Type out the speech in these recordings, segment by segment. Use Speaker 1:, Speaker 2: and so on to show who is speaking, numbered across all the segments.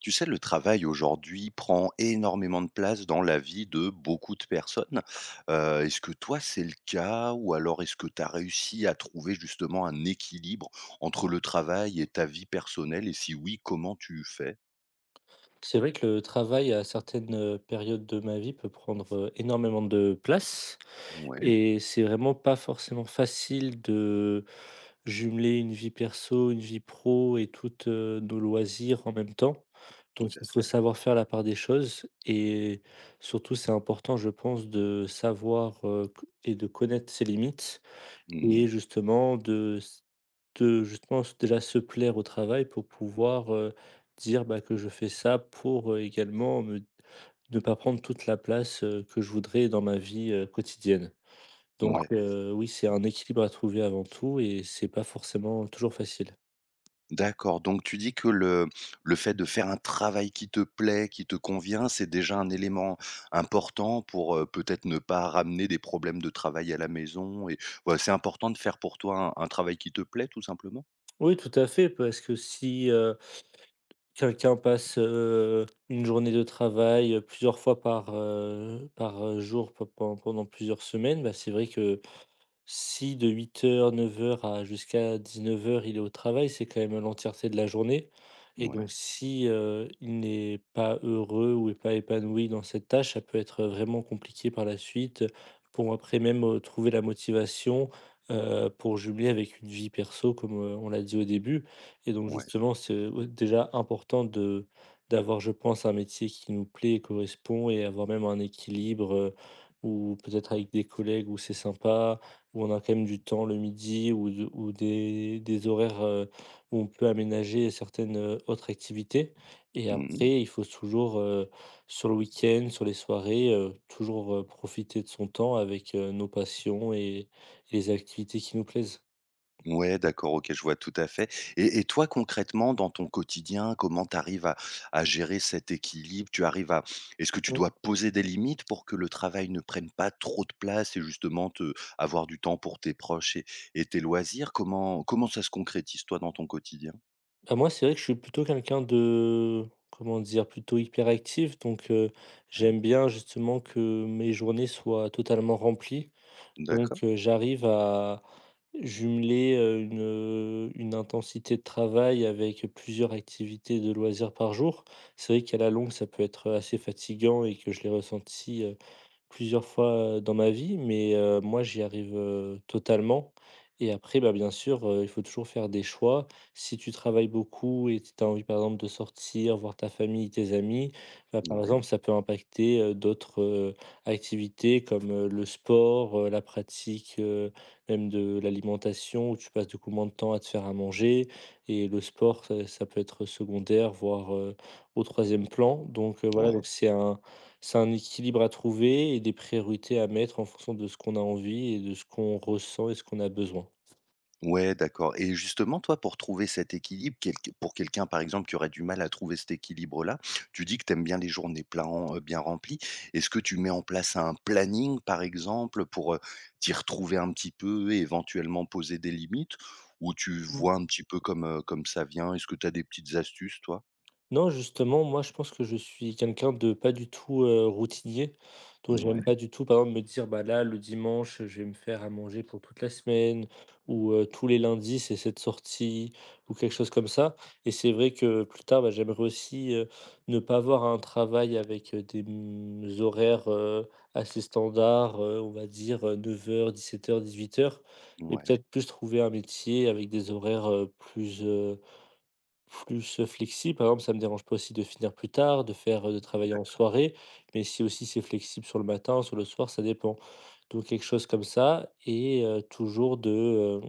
Speaker 1: Tu sais, le travail aujourd'hui prend énormément de place dans la vie de beaucoup de personnes. Est-ce que toi, c'est le cas? Ou alors est-ce que tu as réussi à trouver justement un équilibre entre le travail et ta vie personnelle? Et si oui, comment tu fais?
Speaker 2: C'est vrai que le travail à certaines périodes de ma vie peut prendre énormément de place
Speaker 1: Ouais,
Speaker 2: et c'est vraiment pas forcément facile de jumeler une vie perso, une vie pro et toutes nos loisirs en même temps.
Speaker 1: tout
Speaker 2: Donc
Speaker 1: à
Speaker 2: il faut
Speaker 1: fait.
Speaker 2: savoir faire la part des choses et surtout c'est important je pense de savoir, c et de connaître ses limites
Speaker 1: Mmh.
Speaker 2: et justement de justement s déjà se plaire au travail pour pouvoir dire, bah, que je fais ça pour également me ne pas prendre toute la place que je voudrais dans ma vie quotidienne. Donc
Speaker 1: Ouais.
Speaker 2: heu, oui, c'est un équilibre à trouver avant tout et c'est pas forcément toujours facile.
Speaker 1: D'accord, donc tu dis que le fait de faire un travail qui te plaît, qui te convient, c'est déjà un élément important pour, peut-être ne pas ramener des problèmes de travail à la maison et voilà, c'est important de faire pour toi un travail qui te plaît tout simplement?
Speaker 2: Oui, tout à fait, parce que si, quelqu'un passe une journée de travail plusieurs fois par jour pe pen pendant plusieurs semaines, bah, c'est vrai que si de 8 heures 9 heures à jusqu'à 19 heures il est au travail, c'est quand même l'entièreté de la journée et ouais.
Speaker 1: Ouais,
Speaker 2: Donc si, il n'est pas heureux ou est pas épanoui dans cette tâche, ça peut être vraiment compliqué par la suite, pour après même, trouver la motivation, pour jumeler avec une vie perso comme, on l'a dit au début et donc
Speaker 1: ouais.
Speaker 2: justement, c'est déjà important de d'avoir, je pense, un métier qui nous plaît et correspond et avoir même un équilibre, ou peut-être avec des collègues où c'est sympa où on a quand même du temps le midi ou des horaires, où on peut aménager certaines, autres activités et
Speaker 1: Mmh mmh.
Speaker 2: après il faut sur le week-end, sur les soirées, toujours profiter de son temps avec, nos passions et les activités qui nous plaisent.
Speaker 1: Ouais, d'accord, OK, je vois tout à fait et toi, concrètement, dans ton quotidien, comment tu arrives à gérer cet équilibre? Tu arrives à est-ce que tu
Speaker 2: Mmh.
Speaker 1: dois poser des limites pour que le travail ne prenne pas trop de place et justement te avoir du temps pour tes proches et tes loisirs? Comment ça se concrétise, toi, dans ton quotidien?
Speaker 2: Bah, moi, c'est vrai que je suis plutôt quelqu'un de comment dire? Plutôt hyperactif donc,
Speaker 1: Ouais,
Speaker 2: j'aime bien justement que mes journées soient totalement remplies. Donc,
Speaker 1: d'accord,
Speaker 2: heu, j'arrive à jumeler, une intensité de travail avec plusieurs activités de loisirs par jour. C'est vrai qu'à la longue, ça peut être assez fatigant et que je l'ai ressenti plusieurs fois, dans ma vie, mais moi, j'y arrive, totalement et après, bah, bien sûr, il faut toujours faire des choix. Si tu travailles beaucoup et t tu as envie, par exemple, de sortir, voir ta famille, tes amis, bah, par
Speaker 1: ouais,
Speaker 2: exemple, ça peut impacter d'autres, activités comme, le sport, la pratique, même de l'alimentation où tu passes du coup moins de temps à te faire à manger et le sport, ça peut être secondaire, voire, au troisième plan. Voilà,
Speaker 1: ouais.
Speaker 2: donc c'est un équilibre à trouver et des priorités à mettre en fonction de ce qu'on a envie et de ce qu'on ressent et ce qu'on a besoin.
Speaker 1: Ouais, d'accord et justement, toi, pour trouver cet équilibre, quelqu pour quelqu'un, par exemple, qui aurait du mal à trouver cet équilibre-là, tu dis que tu aimes bien les journées plan bien remplies. Est-ce que tu mets en place un planning, par exemple, pour, t'y retrouver un petit peu et éventuellement poser des limites? Ou tu vois un petit peu comme, comme ça vient? Est-ce que tu as des petites astuces, toi?
Speaker 2: Non, justement, moi, je pense que je suis quelqu'un de pas du tout, routinier. Donc j'aime ouais.
Speaker 1: Ouais,
Speaker 2: Pas du tout, par exemple, me dire: «Bah, là, le dimanche, je vais me faire à manger pour toute la semaine» ou «Tous les lundis, c'est cette sortie» ou quelque chose comme ça. Et c'est vrai que plus tard, bah, j'aimerais aussi, ne pas avoir un travail avec, des, horaires, assez standards, on va dire, 9 heures, 9h00 17h00 heures, et
Speaker 1: ouais.
Speaker 2: peut-être plus trouver un métier avec des horaires, plus flexible, par exemple, ça me dérange pas aussi de finir plus tard, de travailler en soirée, mais si aussi c'est flexible sur le matin, sur le soir, ça dépend. Donc quelque chose comme ça et toujours de, heu,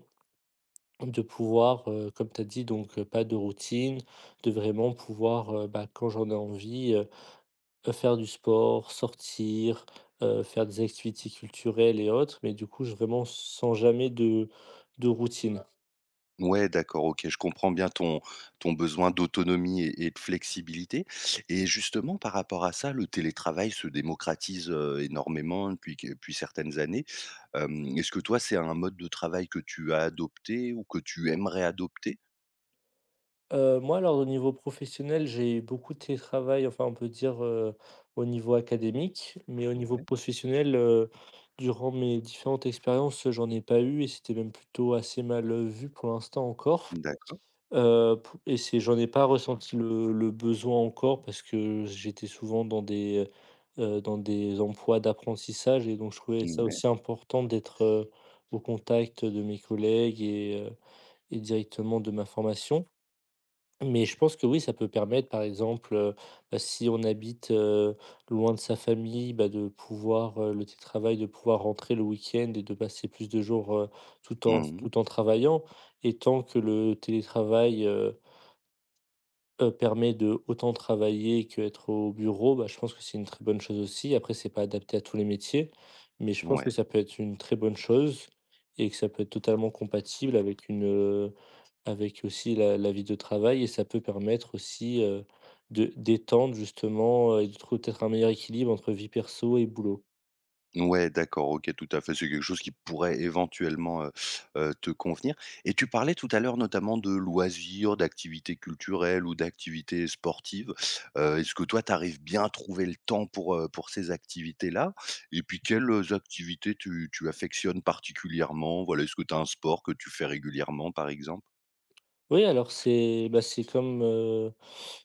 Speaker 2: de pouvoir, comme tu as dit, pas de routine, de vraiment pouvoir, bah, quand j'en ai envie, faire du sport, sortir, faire des activités culturelles et autres, mais du coup, je vraiment sans jamais de routine.
Speaker 1: Ouais, d'accord, OK, je comprends bien ton besoin d'autonomie et de flexibilité et justement par rapport à ça, le télétravail se démocratise, énormément depuis que depuis certaines années. Est-ce que toi, c'est un mode de travail que tu as adopté ou que tu aimerais adopter?
Speaker 2: Moi, alors au niveau professionnel, j'ai beaucoup de télétravail, enfin on peut dire, au niveau académique, mais au niveau
Speaker 1: Ouais,
Speaker 2: professionnel, durant mes différentes expériences, j'en ai pas eu et c'était même plutôt assez mal, vu pour l'instant encore.
Speaker 1: d'accord.
Speaker 2: Pou et c'est J'en ai pas ressenti le besoin encore parce que j'étais souvent dans des emplois d'apprentissage et donc je trouvais ça
Speaker 1: Ouais.
Speaker 2: aussi important d'être, au contact de mes collègues et directement de ma formation. Mais je pense que oui, ça peut permettre, par exemple, bah, si on habite, loin de sa famille, bah, de pouvoir, le télétravail, de pouvoir rentrer le week-end et de passer plus de jours, tout en
Speaker 1: Mmh.
Speaker 2: tout en travaillant. Et tant que le télétravail permet de autant travailler qu'être au bureau, bah, je pense que c'est une très bonne chose aussi. Après, c'est pas adapté à tous les métiers, mais je pense
Speaker 1: Ouais.
Speaker 2: que ça peut être une très bonne chose et que ça peut être totalement compatible avec aussi la vie de travail et ça peut permettre aussi, de d'étendre justement, et de trouver peut-être un meilleur équilibre entre vie perso et boulot.
Speaker 1: Ouais, d'accord, OK, tout à fait. C'est quelque chose qui pourrait éventuellement, te convenir et tu parlais tout à l'heure notamment de loisirs, d'activités culturelles ou d'activités sportives. Est-ce que toi, tu arrives bien à trouver le temps pour ces activités-là? Et puis quelles, activités tu affectionnes particulièrement? Voilà, est-ce que tu as un sport que tu fais régulièrement, par exemple?
Speaker 2: Oui, alors c'est, bah, c'est comme,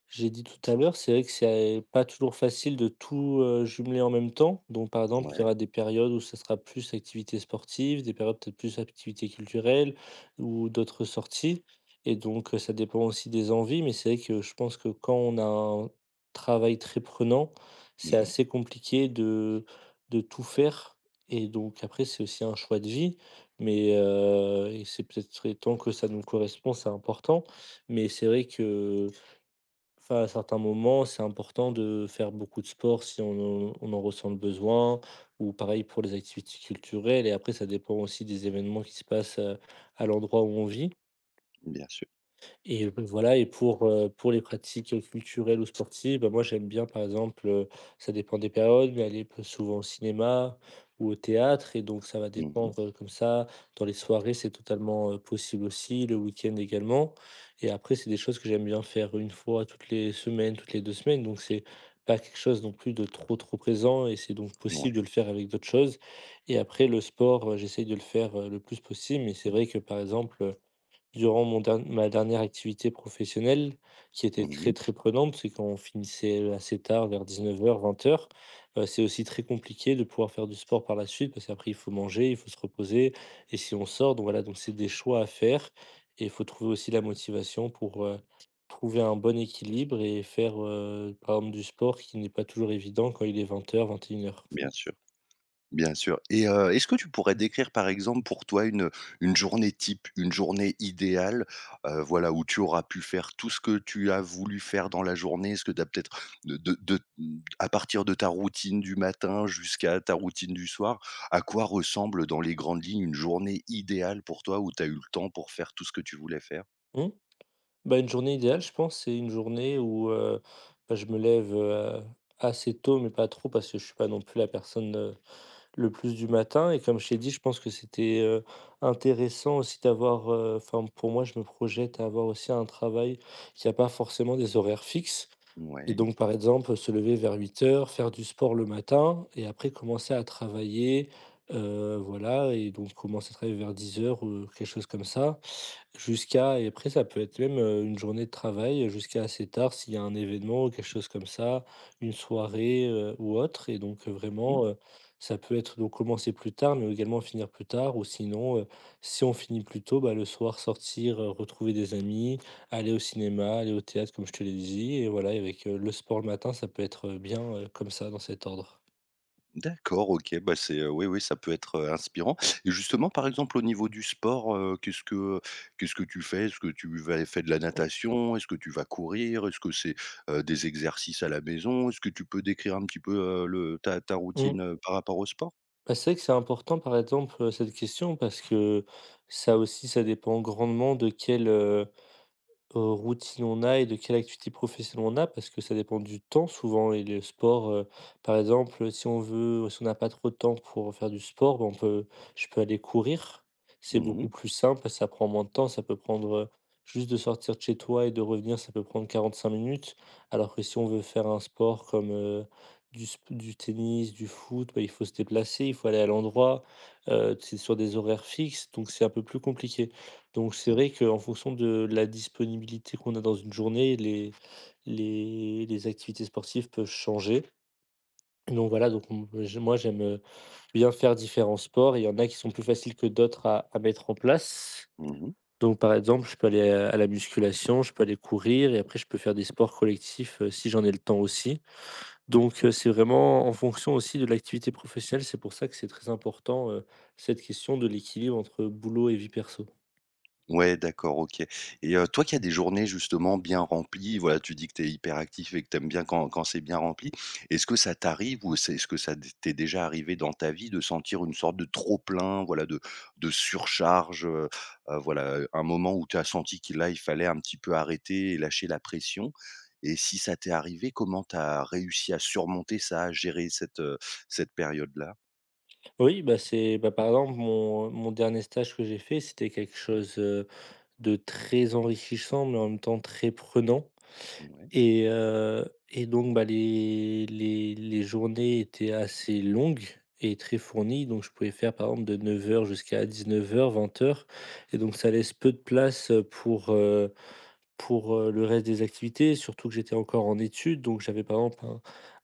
Speaker 2: j'ai dit tout à l'heure, c'est vrai que c'est pas toujours facile de tout, jumeler en même temps. Donc, par exemple, il
Speaker 1: Ouais.
Speaker 2: y aura des périodes où ça sera plus activité sportive, des périodes peut-être plus activité culturelle ou d'autres sorties et donc, ça dépend aussi des envies. Mais c'est vrai que je pense que quand on a un travail très prenant, c'est
Speaker 1: Mmh.
Speaker 2: assez compliqué de tout faire et donc après, c'est aussi un choix de vie. Mais c'est peut-être serait temps que ça nous correspond, c'est important. Mais c'est vrai que Enfin, à certains moments, c'est important de faire beaucoup de sport si on en ressent le besoin ou pareil pour les activités culturelles et après ça dépend aussi des événements qui se passent, à l'endroit où on vit.
Speaker 1: Bien sûr.
Speaker 2: Et b voilà et pour les pratiques culturelles ou sportives, bah, moi j'aime bien par exemple, ça dépend des périodes, mais aller peu souvent au cinéma ou au théâtre et donc ça va
Speaker 1: Mmh.
Speaker 2: dépendre, comme ça. Dans les soirées, c'est totalement, possible aussi, le week-end également et après c'est des choses que j'aime bien faire une fois toutes les semaines, toutes les 2 semaines donc c'est pas quelque chose non plus de trop, trop présent et c'est donc
Speaker 1: Ouais.
Speaker 2: possible de le faire avec d'autres choses et après le sport, j'essaye de le faire, le plus possible mais c'est vrai que par exemple, durant mon dern ma dernière activité professionnelle, qui était très,
Speaker 1: Mmh.
Speaker 2: très prenante, c'est qu'on finissait assez tard vers 19:00-20:00, c'est aussi très compliqué de pouvoir faire du sport par la suite parce qu'après il faut manger, il faut se reposer et si on sort donc voilà, donc c'est des choix à faire et il faut trouver aussi la motivation pour, trouver un bon équilibre et faire, par exemple du sport qui n'est pas toujours évident quand il est 20:00-21:00 heures. 21 heures.
Speaker 1: Bien sûr. Bien sûr et est-ce que tu pourrais décrire, par exemple, pour toi, une journée type, une journée idéale, voilà, où tu auras pu faire tout ce que tu as voulu faire dans la journée? Est-ce que tu as peut-être de mmh, à partir de ta routine du matin jusqu'à ta routine du soir, à quoi ressemble, dans les grandes lignes, une journée idéale pour toi où tu as eu le temps pour faire tout ce que tu voulais faire?
Speaker 2: Mmh. Bah, une journée idéale, je pense, c'est une journée où, bah, je me lève, assez tôt, mais pas trop parce que je suis pas non plus la personne, le plus du matin et comme je t'ai dit, je pense que c'était, intéressant aussi d'avoir, enfin, pour moi, je me projette à avoir aussi un travail qui a pas forcément des horaires fixes et
Speaker 1: Ouais.
Speaker 2: donc, par exemple, se lever vers 8 heures faire du sport le matin et après commencer à travailler, voilà et donc commencer à travailler vers 10 heures ou quelque chose comme ça. Jusqu'à Et après ça peut être même, une journée de travail, jusqu'à assez tard s'il y a un événement ou quelque chose comme ça, une soirée, ou autre et donc vraiment, ça peut être donc commencer plus tard, mais également finir plus tard ou sinon, si on finit plus tôt, bah, le soir sortir, retrouver des amis, aller au cinéma, aller au théâtre comme je te l'ai dit et voilà et avec, le sport le matin, ça peut être, bien, comme ça dans cet ordre.
Speaker 1: D'accord, OK, bah, c'est, oui, oui, ça peut être, inspirant et justement, par exemple, au niveau du sport, qu'est-ce que tu fais? Est-ce que tu vas fais de la natation? Est-ce que tu vas courir? Est-ce que c'est, des exercices à la maison? Est-ce que tu peux décrire un petit peu, le ta
Speaker 2: Mmh.
Speaker 1: routine, par rapport au sport?
Speaker 2: Bah, c'est vrai que c'est important par exemple, cette question parce que ça aussi ça dépend grandement de quel, routine on a et de quelle activité professionnelle on a parce que ça dépend du temps souvent et le sport, par exemple, si on n'a pas trop de temps pour faire du sport, bah, on peut je peux aller courir. C'est
Speaker 1: Mmh mh.
Speaker 2: beaucoup plus simple, ça prend moins de temps, ça peut prendre, juste de sortir de chez toi et de revenir, ça peut prendre 45 minutes. Alors que si on veut faire un sport comme, du tennis, du foot, bah, il faut se déplacer, il faut aller à l'endroit, c'est sur des horaires fixes, donc c'est un peu plus compliqué. Donc c'est
Speaker 1: Mmh.
Speaker 2: vrai qu'en fonction de la disponibilité qu'on a dans une journée, les activités sportives peuvent changer. Donc voilà, donc m je moi j'aime, bien faire différents sports et il y en a qui sont plus faciles que d'autres à mettre en place.
Speaker 1: Mmh.
Speaker 2: Donc par exemple, je peux aller, à la musculation, je peux aller courir et après je peux faire des sports collectifs, si j'en ai le temps aussi. Donc c'est vraiment en fonction aussi de l'activité professionnelle, c'est pour ça que c'est très important, cette question de l'équilibre entre boulot et vie perso.
Speaker 1: Ouais, d'accord, OK. Et toi qui as des journées justement bien remplies, voilà, tu dis que tu es hyperactif et que tu aimes bien quand c'est bien rempli. Est-ce que ça t'arrive ou c'est est-ce que ça d t'est déjà arrivé dans ta vie de sentir une sorte de trop-plein, voilà, de surcharge, voilà, un moment où tu as senti qu'il là, il fallait un petit peu arrêter et lâcher la pression? Et si ça t'est arrivé, comment tu as réussi à surmonter ça, à gérer cette, cette période-là?
Speaker 2: Oui, bah, c'est bah, par exemple, mon dernier stage que j'ai fait, c'était quelque chose, de très enrichissant, mais en même temps très prenant
Speaker 1: Ouais.
Speaker 2: et et donc, bah, les journées étaient assez longues et très fournies, donc je pouvais faire, par exemple, de 9 heures jusqu'à 19 heures 20 heures. Et donc ça laisse peu de place, pour le reste des activités, surtout que j'étais encore en études, donc j'avais par exemple un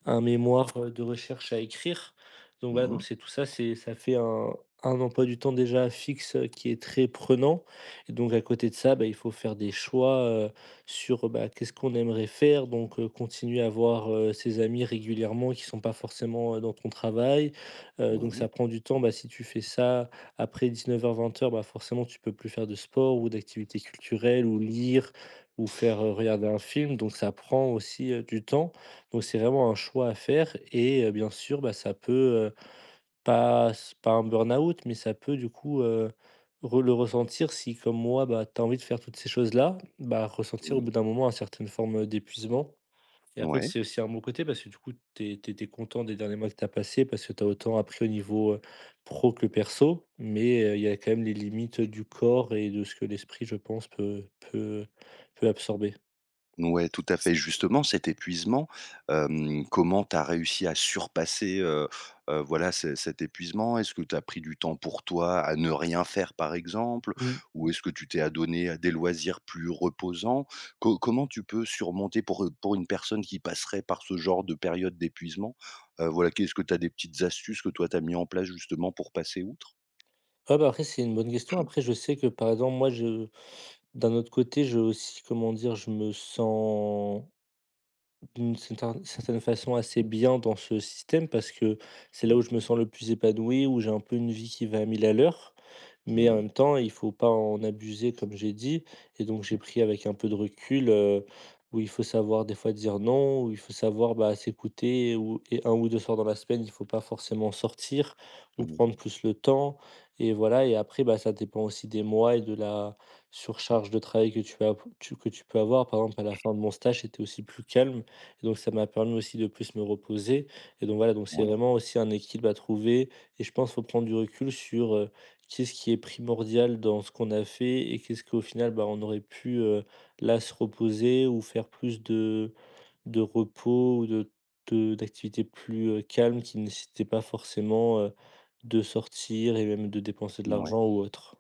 Speaker 2: un mémoire, de recherche à écrire. Donc
Speaker 1: Mmh
Speaker 2: voilà, donc
Speaker 1: mh.
Speaker 2: c'est tout ça, c'est ça fait un emploi du temps déjà fixe, qui est très prenant et donc à côté de ça, bah, il faut faire des choix, sur, bah, qu'est-ce qu'on aimerait faire donc, continuer à voir, ses amis régulièrement qui sont pas forcément, dans ton travail, donc
Speaker 1: Mmh.
Speaker 2: ça prend du temps. Bah, si tu fais ça après 19:00-20:00, bah, forcément tu peux plus faire de sport ou d'activités culturelles ou lire, ou faire, regarder un film, donc ça prend aussi, du temps. Donc c'est vraiment un choix à faire et bien sûr, bah, ça peut, pas un burn-out, mais ça peut du coup, re le ressentir si comme moi, bah, tu as envie de faire toutes ces choses-là, bah, ressentir au
Speaker 1: Mmh.
Speaker 2: bout d'un moment une certaine forme, d'épuisement et après
Speaker 1: Ouais.
Speaker 2: c'est aussi un bon côté parce que du coup, tu es étais content des derniers mois que tu as passés parce que tu as autant appris au niveau, pro que perso, mais il y a quand même les limites, du corps et de ce que l'esprit, je pense, peut absorber.
Speaker 1: Ouais, tout à fait. Justement, cet épuisement, comment tu as réussi à surpasser, voilà, ce cet épuisement? Est-ce que tu as pris du temps pour toi, à ne rien faire, par exemple?
Speaker 2: Oui.
Speaker 1: Ou est-ce que tu t'es adonné à des loisirs plus reposants? Co comment tu peux surmonter pour une personne qui passerait par ce genre de période d'épuisement? Voilà, qu'est-ce que tu as des petites astuces que toi tu as mis en place justement pour passer outre?
Speaker 2: Ah bah, après, c'est une bonne question. Après, je sais que, par exemple, moi, je d'un autre côté, comment dire, je me sens d'une certaine façon assez bien dans ce système parce que c'est
Speaker 1: Mmh.
Speaker 2: là où je me sens le plus épanoui, où j'ai un peu une vie qui va à 1000 à l'heure.
Speaker 1: Mmh
Speaker 2: Mais en
Speaker 1: mh.
Speaker 2: même temps, il faut pas en abuser, comme j'ai dit. Et donc, j'ai pris avec un peu de recul, où il faut savoir des fois dire non, où il faut savoir bah, s'écouter, et un ou deux soirs dans la semaine, il faut pas forcément sortir ou
Speaker 1: Mmh.
Speaker 2: prendre plus le temps. Et voilà, et après, bah, ça dépend aussi des mois et de la surcharge de travail que tu as, que tu peux avoir. Par exemple, à la fin de mon stage, c'était aussi plus calme. Et donc ça m'a permis aussi de plus me reposer et donc voilà, donc c'est
Speaker 1: Ouais.
Speaker 2: vraiment aussi un équilibre à trouver et je pense qu'il faut prendre du recul sur, qu'est-ce qui est primordial dans ce qu'on a fait et qu'est-ce qu'au final, bah, on aurait pu, là, se reposer ou faire plus de repos ou de d'activités plus, calmes qui ne nécessitaient pas forcément, de sortir et même de dépenser de
Speaker 1: Ouais.
Speaker 2: l'argent ou autre.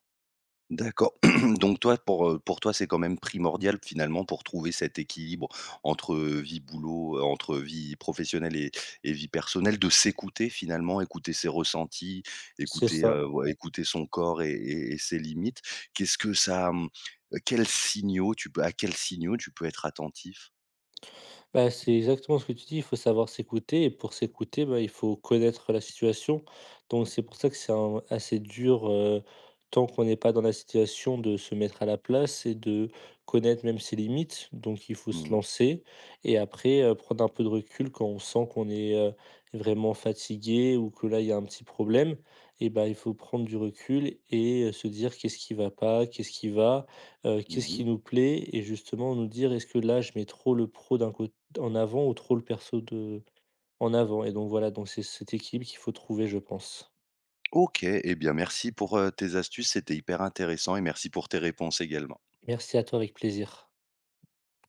Speaker 1: D'accord. Donc toi, pour toi, c'est quand même primordial finalement pour trouver cet équilibre entre, vie boulot, entre vie professionnelle et vie personnelle, de s'écouter finalement, écouter ses ressentis,
Speaker 2: C'est
Speaker 1: écouter,
Speaker 2: ça.
Speaker 1: ouais, écouter son corps et ses limites. Qu'est-ce que ça, mmh, quels signaux tu peux à quels signaux tu peux être attentif?
Speaker 2: Bah, c'est exactement ce que tu dis, il faut savoir s'écouter et pour s'écouter, bah, il faut connaître la situation. Donc c'est pour ça que c'est assez dur, tant qu'on n'est pas dans la situation, de se mettre à la place et de connaître même ses limites. Donc il faut
Speaker 1: Mmh
Speaker 2: se
Speaker 1: mh.
Speaker 2: lancer et après prendre un peu de recul quand on sent qu'on est vraiment fatigué ou que là il y a un petit problème. Et bah, il faut prendre du recul et se dire qu'est-ce qui va pas, qu'est-ce
Speaker 1: Mmh.
Speaker 2: qui nous plaît et justement nous dire est-ce que là je mets trop le pro d'un côté en avant ou trop le perso de en avant et donc voilà, donc c'est cet équilibre qu'il faut trouver, je pense.
Speaker 1: OK. Eh bien merci pour, tes astuces, c'était hyper intéressant et merci pour tes réponses également.
Speaker 2: Merci à toi, avec plaisir.